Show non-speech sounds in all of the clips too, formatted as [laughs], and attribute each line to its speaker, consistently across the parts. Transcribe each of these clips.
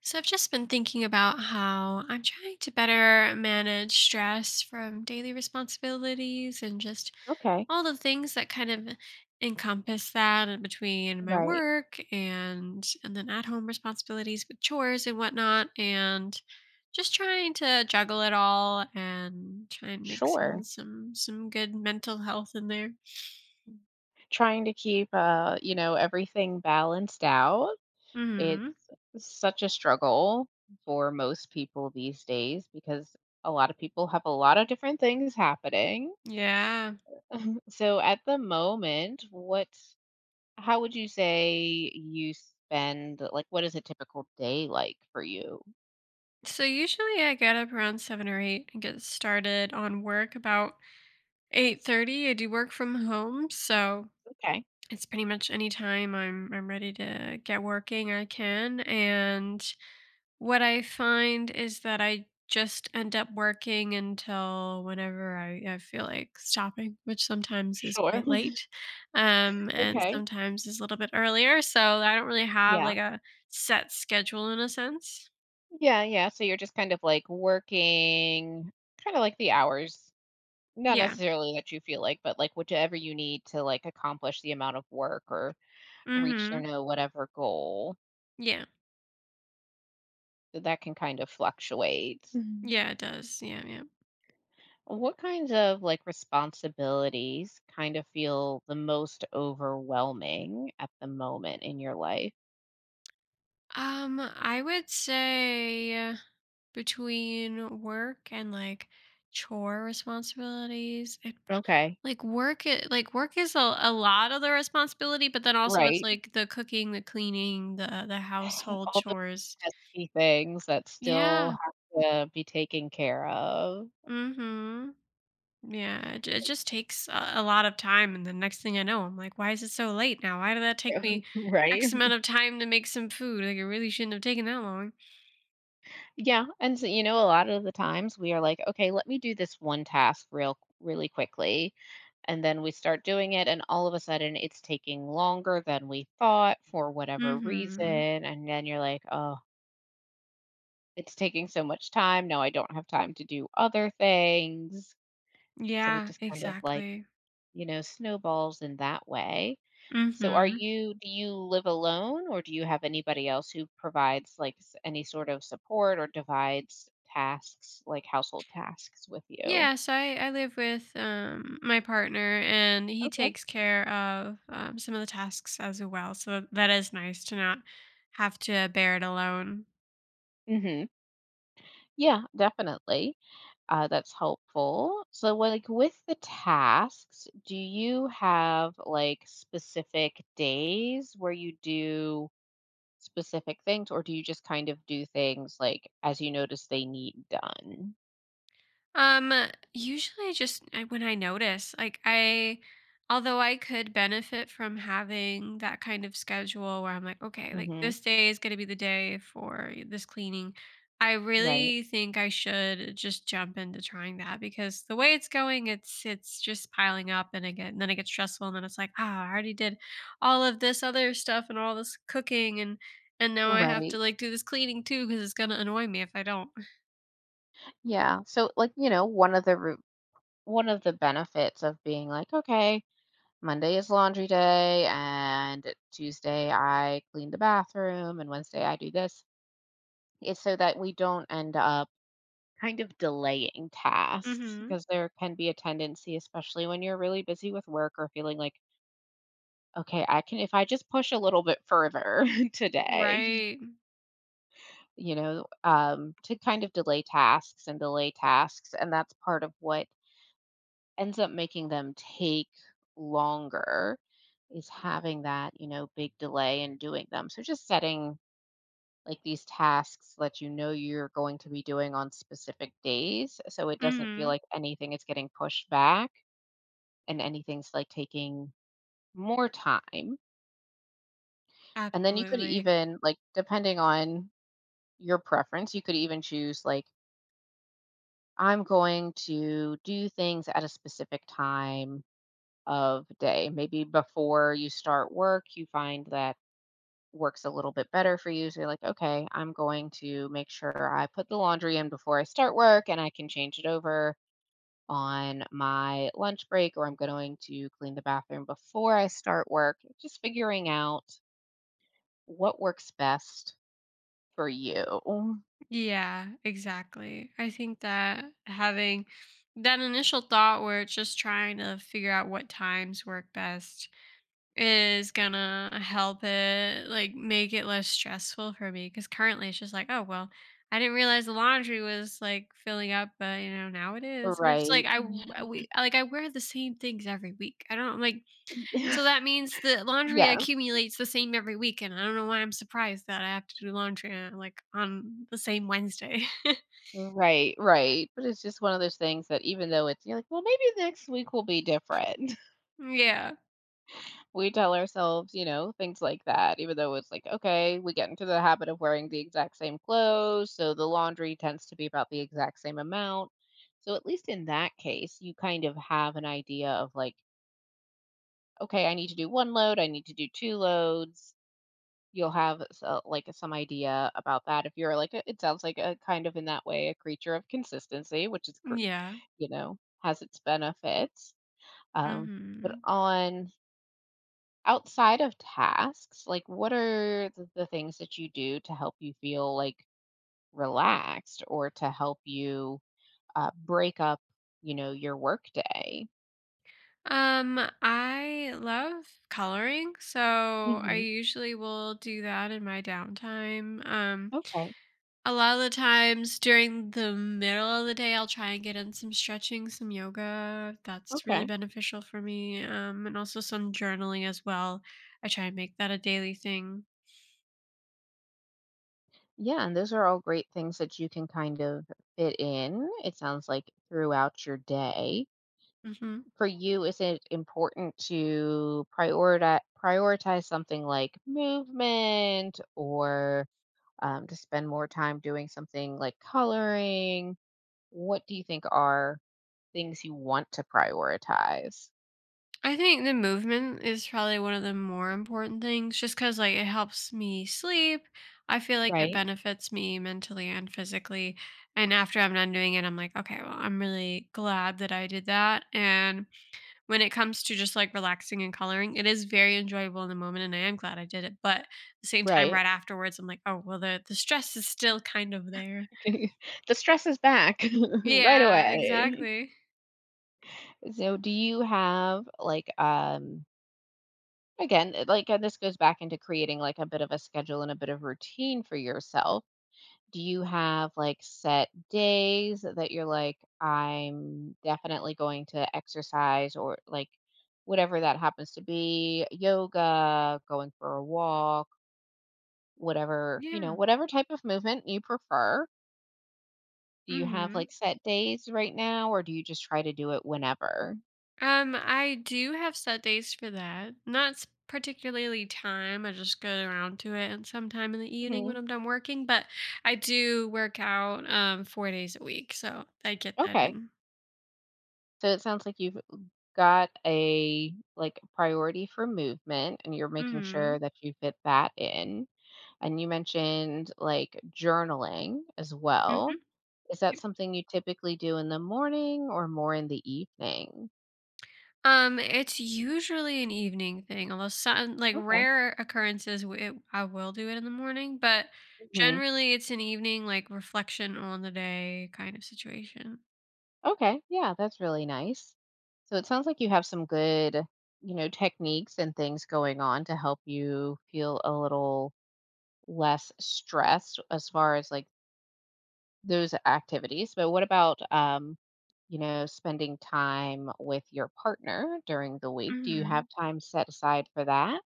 Speaker 1: So I've just been thinking about how I'm trying to better manage stress from daily responsibilities and just
Speaker 2: Okay.
Speaker 1: all the things that kind of encompass that in between my
Speaker 2: Right.
Speaker 1: work and then at home responsibilities with chores and whatnot and just trying to juggle it all and try and mix in
Speaker 2: Sure.
Speaker 1: some good mental health in there.
Speaker 2: Trying to keep everything balanced out. It's
Speaker 1: Hmm.
Speaker 2: such a struggle for most people these days because a lot of people have a lot of different things happening.
Speaker 1: Yeah.
Speaker 2: So at the moment, what how would you say you spend like what is a typical day like for you?
Speaker 1: So usually I get up around seven or eight and get started on work about 8:30. I do work from home, so
Speaker 2: Okay.
Speaker 1: it's pretty much any time I'm ready to get working, I can. And what I find is that I just end up working until whenever I feel like stopping, which sometimes is
Speaker 2: Sure.
Speaker 1: quite
Speaker 2: [laughs]
Speaker 1: late, and
Speaker 2: Okay.
Speaker 1: sometimes is a little bit earlier. So I don't really have
Speaker 2: Yeah.
Speaker 1: like a set schedule in a sense.
Speaker 2: Yeah, yeah. So you're just kind of like working kind of like the hours not
Speaker 1: Yeah.
Speaker 2: necessarily that you feel like, but, like, whichever you need to, like, accomplish the amount of work or reach your
Speaker 1: Mm-hmm.
Speaker 2: know whatever goal,
Speaker 1: Yeah.
Speaker 2: that can kind of fluctuate. Mhm.
Speaker 1: Yeah, it does. Yeah, yeah.
Speaker 2: What kinds of, like, responsibilities kind of feel the most overwhelming at the moment in your life?
Speaker 1: I would say between work and, like, chore responsibilities,
Speaker 2: Okay.
Speaker 1: work is a lot of the responsibility, but then also it's,
Speaker 2: Right.
Speaker 1: like, the cooking, the cleaning, the
Speaker 2: [sighs]
Speaker 1: household
Speaker 2: All the
Speaker 1: chores.
Speaker 2: pesky things that still
Speaker 1: Yeah.
Speaker 2: have to be taken care of.
Speaker 1: Mhm. Yeah, it just takes a lot of time, and the next thing I know, I'm like, "Why is it so late now? Why did that take me
Speaker 2: [laughs] Right?
Speaker 1: X amount of time to make some food? Like, it really shouldn't have taken that long."
Speaker 2: Yeah, and so, a lot of the times we are like, okay, let me do this one task really quickly, and then we start doing it and all of a sudden it's taking longer than we thought for whatever reason,
Speaker 1: Mhm.
Speaker 2: and then you're like, oh, it's taking so much time. Now I don't have time to do other things. So it
Speaker 1: Yeah,
Speaker 2: just kind, yeah, of like,
Speaker 1: exactly.
Speaker 2: snowballs in that way. So are
Speaker 1: Mhm.
Speaker 2: you do you live alone or do you have anybody else who provides like any sort of support or divides tasks like household tasks with you?
Speaker 1: Yeah, so I live with my partner, and he
Speaker 2: Okay.
Speaker 1: takes care of some of the tasks as well. So that is nice to not have to bear it alone.
Speaker 2: Mhm. Yeah, definitely. That's helpful. So like with the tasks, do you have like specific days where you do specific things or do you just kind of do things like as you notice they need done?
Speaker 1: Um, usually when I notice, like I although I could benefit from having that kind of schedule where I'm like, okay, like
Speaker 2: Mhm.
Speaker 1: this day is going to be the day for this cleaning. I
Speaker 2: Right.
Speaker 1: really think I should just jump into trying that because the way it's going, it's just piling up and again, and then it gets stressful and then it's like, ah, I already did all of this other stuff and all this cooking and now I have
Speaker 2: Right.
Speaker 1: to like do this cleaning too because it's gonna annoy me if I don't.
Speaker 2: Yeah. So like, one of the benefits of being like, okay, Monday is laundry day and Tuesday I clean the bathroom and Wednesday I do this is so that we don't end up kind of delaying
Speaker 1: [laughs]
Speaker 2: tasks
Speaker 1: Hmm.
Speaker 2: because there can be a tendency especially when you're really busy with work or feeling like okay, I can if I just push a little bit further [laughs] today,
Speaker 1: Right.
Speaker 2: to kind of delay tasks and that's part of what ends up making them take longer is having that, big delay in doing them. So just setting like these tasks so that you know you're going to be doing on specific days so it doesn't feel
Speaker 1: Mhm.
Speaker 2: like anything is getting pushed back and anything's like taking more time. And then you could
Speaker 1: Absolutely.
Speaker 2: even like depending on your preference, you could even choose like I'm going to do things at a specific time of day. Maybe before you start work, you find that work's a little bit better for you. So you're like, okay, I'm going to make sure I put the laundry in before I start work and I can change it over on my lunch break, or I'm going to clean the bathroom before I start work. Just figuring out what works best for you.
Speaker 1: Yeah, exactly. I think that having that initial thought where it's just trying to figure out what times work best is gonna help it like make it less stressful for me because currently it's just like, oh well, I didn't realize the laundry was like filling up, but now it is. But it's like
Speaker 2: Right.
Speaker 1: I, w- I- we like I wear the same things every week. I don't. Like, so
Speaker 2: [laughs]
Speaker 1: that means that laundry
Speaker 2: Yes.
Speaker 1: accumulates the same every week, and I don't know why I'm surprised that I have to do laundry, like, on the same Wednesday. [laughs]
Speaker 2: Right, right. But it's just one of those things that even though it's you're like, well, maybe next week will be different.
Speaker 1: Yeah.
Speaker 2: We tell ourselves, things like that, even though it's like, okay, we get into the habit of wearing the exact same clothes, so the laundry tends to be about the exact same amount. So at least in that case, you kind of have an idea of like, okay, I need to do one load, I need to do two loads. You'll have like some idea about that if you're like, it sounds like a kind of in that way a creature of consistency, which is, gr-
Speaker 1: Yeah.
Speaker 2: you know, has its benefits. Um, but
Speaker 1: Mhm.
Speaker 2: on Outside of tasks, like, what are th the things that you do to help you feel, like, relaxed or to help you, break up, your workday?
Speaker 1: I love coloring, so I
Speaker 2: Mhm.
Speaker 1: usually will do that in my downtime. Um,
Speaker 2: Okay.
Speaker 1: a lot of the times during the middle of the day, I'll try and get in some stretching, some yoga. That's really
Speaker 2: Okay.
Speaker 1: beneficial for me, and also some journaling as well. I try and make that a daily thing.
Speaker 2: Yeah, and those are all great things that you can kind of fit in, it sounds like, throughout your day.
Speaker 1: Mhm.
Speaker 2: For you, is it important to prioritize something like movement or, to spend more time doing something like coloring? What do you think are things you want to prioritize?
Speaker 1: I think the movement is probably one of the more important things just because like, it helps me sleep. I feel like it
Speaker 2: Right,
Speaker 1: benefits me mentally and physically, and after I'm done doing it, I'm like, "Okay, well, I'm really glad that I did that," and when it comes to just, like, relaxing and coloring, it is very enjoyable in the moment, and I am glad I did it, but at the same time,
Speaker 2: right.
Speaker 1: right
Speaker 2: [laughs]
Speaker 1: afterwards, I'm like, "Oh, well, the stress is still kind of there."
Speaker 2: The stress is back [laughs] right
Speaker 1: Yeah,
Speaker 2: away.
Speaker 1: exactly.
Speaker 2: So do you have like again, like and this goes back into creating like a bit of a schedule and a bit of routine for yourself. Do you have like set days that you're like, I'm definitely going to exercise or like whatever that happens to be, yoga, going for a walk? Whatever,
Speaker 1: Yeah.
Speaker 2: whatever type of movement you prefer. Do you have,
Speaker 1: Mhm.
Speaker 2: like, set days right now, or do you just try to do it whenever?
Speaker 1: I do have set days for that. Not particularly time. I just get around to it and sometime in the evening when
Speaker 2: Mhm.
Speaker 1: I'm done working. But I do work out 4 days a week, so I get that
Speaker 2: Okay.
Speaker 1: in.
Speaker 2: So it sounds like you've got a, like, priority for movement, and you're making sure
Speaker 1: Hmm.
Speaker 2: that you fit that in. And you mentioned, like, journaling as
Speaker 1: Hmm.
Speaker 2: well. Is that something you typically do in the morning or more in the evening?
Speaker 1: It's usually an evening thing, although some like
Speaker 2: Okay.
Speaker 1: rare occurrences I will do it in the morning, but
Speaker 2: Mhm.
Speaker 1: generally it's an evening like reflection on the day kind of situation.
Speaker 2: Okay. Yeah, that's really nice. So it sounds like you have some good, techniques and things going on to help you feel a little less stressed as far as like those activities. But what about spending time with your partner during the week? Do you
Speaker 1: Mm-hmm.
Speaker 2: have time set aside for that?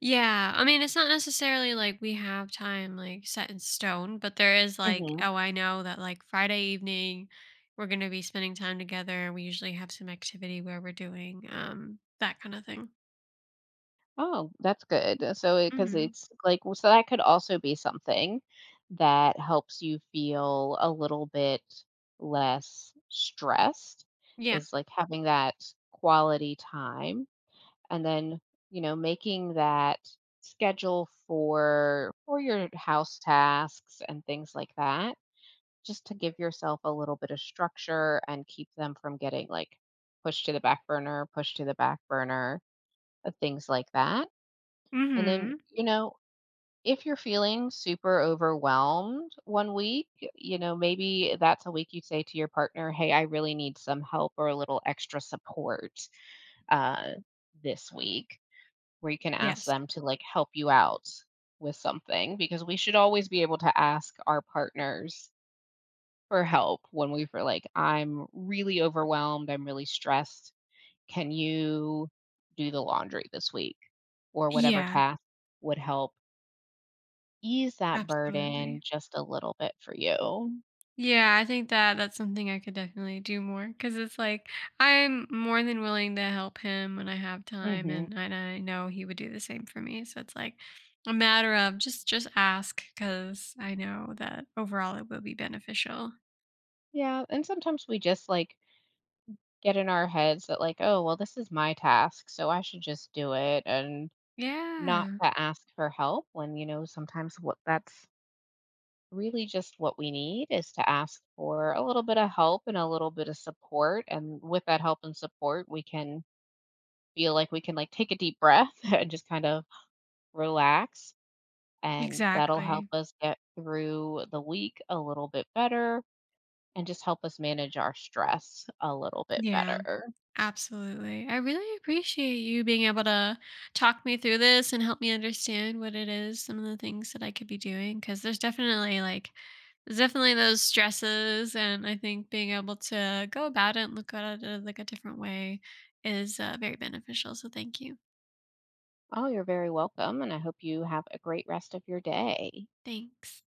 Speaker 1: Yeah, I mean, it's not necessarily like we have time like set in stone, but there is like, oh, I know that like Friday evening we're going to be spending time together. We usually have some activity where we're doing that kind of thing.
Speaker 2: Oh, that's good. So, because
Speaker 1: Mhm.
Speaker 2: it's like, well, so that could also be something that helps you feel a little bit less stressed,
Speaker 1: Yeah.
Speaker 2: is like having that quality time and then, making that schedule for your house tasks and things like that just to give yourself a little bit of structure and keep them from getting like pushed to the back burner pushed to the back burner things like that and then,
Speaker 1: Mhm.
Speaker 2: if you're feeling super overwhelmed one week, maybe that's a week you say to your partner, "Hey, I really need some help or a little extra support uh, this week," where you can ask
Speaker 1: Yes.
Speaker 2: them to like help you out with something, because we should always be able to ask our partners for help when we feel like, I'm really overwhelmed, I'm really stressed. Can you do the laundry this week or whatever
Speaker 1: Yeah,
Speaker 2: task would help ease that burden
Speaker 1: absolutely.
Speaker 2: just a little bit for you?
Speaker 1: Yeah, I think that that's something I could definitely do more because it's like I'm more than willing to help him when I have time,
Speaker 2: Mhm.
Speaker 1: and I know he would do the same for me. So it's like a matter of just ask because I know that overall it will be beneficial.
Speaker 2: Yeah, and sometimes we just, like, get in our heads that, like, "Oh, well, this is my task, so I should just do it," and not
Speaker 1: Yeah,
Speaker 2: to ask for help when, sometimes what that's really just what we need is to ask for a little bit of help and a little bit of support, and with that help and support, we can feel like we can, like, take a deep breath [laughs] and just kind of relax, and that'll help
Speaker 1: exactly.
Speaker 2: us get through the week a little bit better. And just help us manage our stress a little bit
Speaker 1: Yeah.
Speaker 2: better.
Speaker 1: Absolutely. I really appreciate you being able to talk me through this and help me understand what it is, some of the things that I could be doing. Cause there's definitely those stresses. And I think being able to go about it and look at it like a different way is very beneficial. So thank you.
Speaker 2: Oh, you're very welcome. And I hope you have a great rest of your day.
Speaker 1: Thanks.